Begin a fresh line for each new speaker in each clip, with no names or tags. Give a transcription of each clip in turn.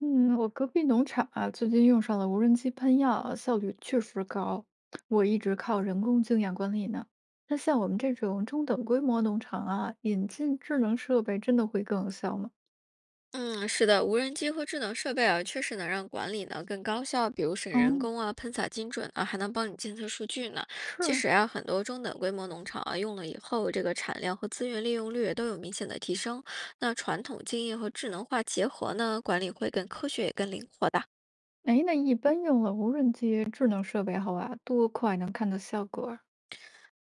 嗯，我隔壁农场啊，最近用上了无人机喷药，效率确实高。我一直靠人工经验管理呢。那像我们这种中等规模农场啊，引进智能设备真的会更有效吗？
嗯，是的，无人机和智能设备啊，确实能让管理呢更高效，比如省人
哦，
工啊、喷洒精准啊，还能帮你监测数据呢。其
是，
实啊，很多中等规模农场啊，用了以后，这个产量和资源利用率都有明显的提升。那传统经验和智能化结合呢，管理会更科学也更灵活的。
哎，那一般用了无人机智能设备后啊，多快能看到效果儿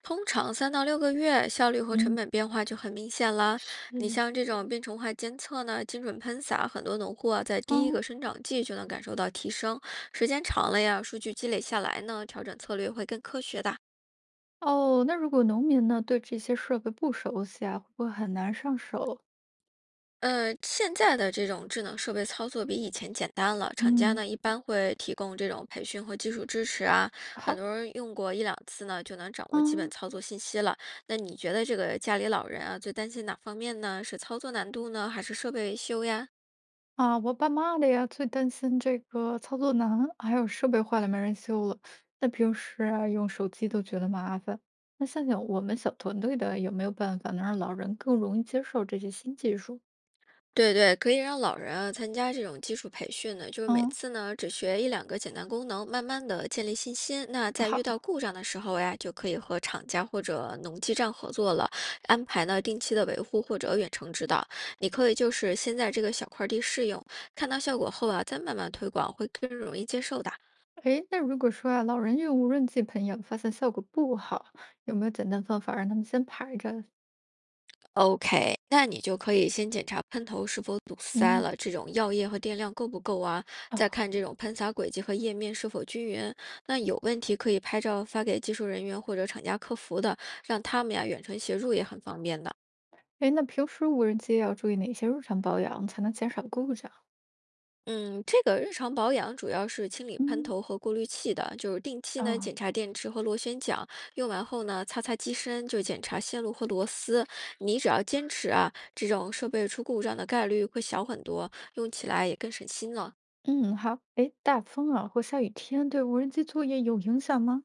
通常3到6个月，效率和成
嗯，
本变化就很明显了。你
是
像这种病虫害监测呢，精准喷洒，很多农户啊，在第一
哦，
个生长季就能感受到提升。时间长了呀，数据积累下来呢，调整策略会更科学的。
哦，那如果农民呢对这些设备不熟悉啊，会不会很难上手？
现在的这种智能设备操作比以前简单了，厂家
嗯，
呢一般会提供这种培训和技术支持啊，很
好。
多人用过一两次呢就能掌握基本
嗯。
操作信息了。那你觉得这个家里老人啊最担心哪方面呢？是操作难度呢，还是设备维修呀？
啊，我爸妈的呀，最担心这个操作难，还有设备坏了没人修了。那平时啊，用手机都觉得麻烦。那想想我们小团队的有没有办法能让老人更容易接受这些新技术？
对对，可以让老人啊参加这种基础培训呢，就是每
嗯，
次呢只学一两个简单功能，慢慢的建立信心。那在遇到
好。
故障的时候呀，就可以和厂家或者农机站合作了，安排呢定期的维护或者远程指导。你可以就是先在这个小块地试用，看到效果后啊，再慢慢推广，会更容易接受的。
诶，那如果说啊，老人用无人机喷药发现效果不好，有没有简单方法让他们先排着？
OK，那你就可以先检查喷头是否堵塞
嗯，
了，这种药液和电量够不够啊？再
哦，
看这种喷洒轨迹和液面是否均匀。那有问题可以拍照发给技术人员或者厂家客服的，让他们呀远程协助也很方便的。
诶，那平时无人机要注意哪些日常保养才能减少故障？
嗯，这个日常保养主要是清理喷
嗯，
头和过滤器的，就是定期呢
哦，
检查电池和螺旋桨，用完后呢擦擦机身，就检查线路和螺丝。你只要坚持啊，这种设备出故障的概率会小很多，用起来也更省心了。
嗯，好。诶，大风啊或下雨天对无人机作业有影响吗？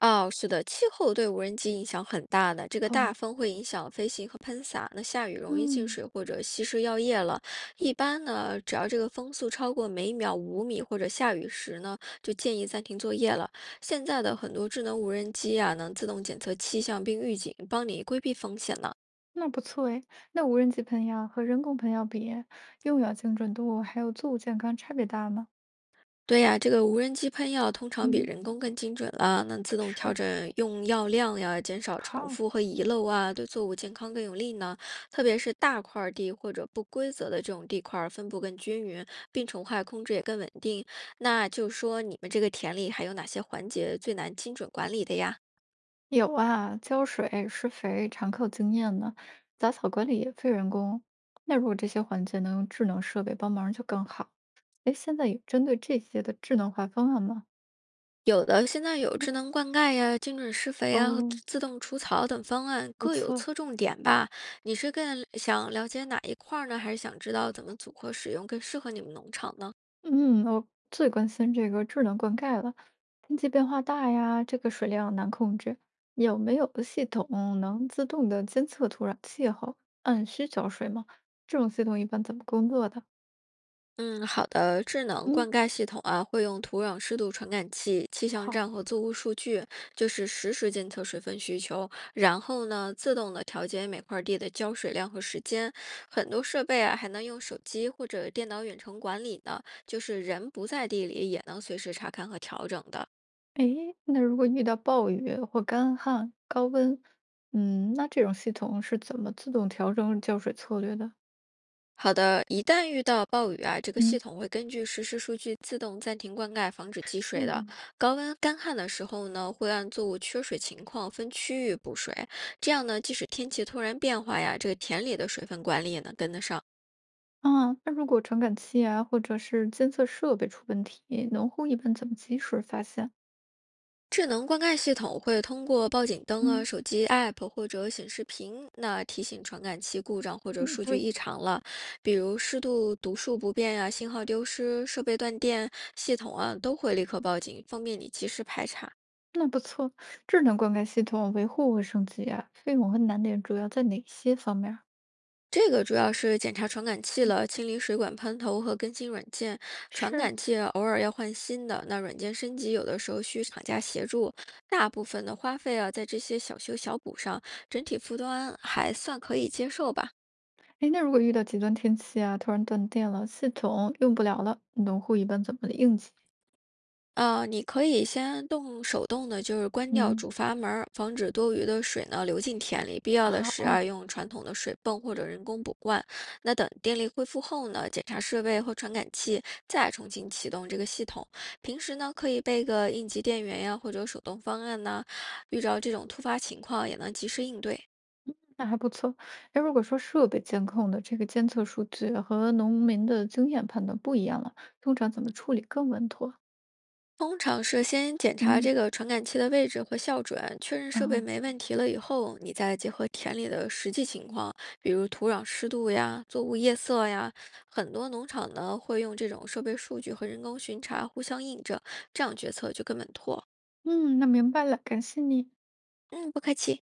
哦，是的，气候对无人机影响很大的。这个大
哦，
风会影响飞行和喷洒，那下雨容易进
嗯，
水或者稀释药液了。一般呢，只要这个风速超过每秒5米或者下雨时呢，就建议暂停作业了。现在的很多智能无人机啊，能自动检测气象并预警，帮你规避风险呢。
那不错诶。那无人机喷药和人工喷药比，用药精准度还有作物健康差别大吗？
对呀，这个无人机喷药通常比
嗯，
人工更精准了，那自动调整
是，
用药量呀，减少重
好，
复和遗漏啊，对作物健康更有利呢。特别是大块儿地或者不规则的这种地块儿，分布更均匀，病虫害控制也更稳定。那就说你们这个田里还有哪些环节最难精准管理的呀？
有啊，浇水、施肥常靠经验呢，杂草管理也费人工。那如果这些环节能用智能设备帮忙就更好。诶，现在有针对这些的智能化方案吗？
有的现在有智
嗯，
能灌溉呀、精准施肥呀和
哦，
自动除草等方案，
不
各有
错。
侧重点吧。你是更想了解哪一块儿呢，还是想知道怎么组合使用更适合你们农场呢？
嗯，我最关心这个智能灌溉了。天气变化大呀，这个水量难控制，有没有系统能自动的监测土壤气候，按需浇水吗？这种系统一般怎么工作的？
嗯，好的。智能
嗯，
灌溉系统啊，会用土壤湿度传感器、气象
好，
站和作物数据，就是实时监测水分需求，然后呢，自动的调节每块地的浇水量和时间。很多设备啊，还能用手机或者电脑远程管理呢，就是人不在地里也能随时查看和调整的。
诶，那如果遇到暴雨或干旱、高温，嗯，那这种系统是怎么自动调整浇水策略的？
好的，一旦遇到暴雨啊，这个
嗯，
系统会根据实时数据自动暂停灌溉，防止积
是
水的。高温干旱的时候呢，会按作物缺水情况分区域补水，这样呢，即使天气突然变化呀，这个田里的水分管理也能跟得上。
啊，那如果传感器啊，或者是监测设备出问题，农户一般怎么及时发现？
智能灌溉系统会通过报警灯啊、
嗯。
手机 app 或者显示屏，那提醒传感器故障或者
嗯，
数据
对，
异常了，比如湿度读数不变呀、信号丢失、设备断电，系统啊都会立刻报警，方便你及时排查。
那不错。智能灌溉系统维护和升级啊，费用和难点主要在哪些方面儿？
这个主要是检查传感器
嗯，
了，清理水管喷头和更新软件。传
是。
感器偶尔要换新的，那软件升级有的时候需厂家协助，大部分的花费啊在这些小修小补上，整体负担还算可以接受吧。
哎，那如果遇到极端天气啊，突然断电了，系统用不了了，农户一般怎么应急？
你可以先动手动的，就是关掉
嗯，
主阀门儿，防止多余的水呢流进田里。必要的
好
时
哦，
啊，用传统的水泵或者人工补灌。那等电力恢复后呢，检查设备或传感器，再重新启动这个系统。平时呢，可以备个应急电源呀，或者手动方案呐，遇着这种突发情况也能及时应对。
那还不错。哎，如果说设备监控的这个监测数据和农民的经验判断不一样了，通常怎么处理更稳妥？
通常是先检查
嗯。
这个传感器的位置和校准，确认设备
哦，
没问题了以后，你再结合田里的实际情况，比如土壤湿度呀、作物夜色呀，很多农场呢会用这种设备数据和人工巡查互相印证，这样决策就更稳妥。
嗯，那明白了，感谢你。
嗯，不客气。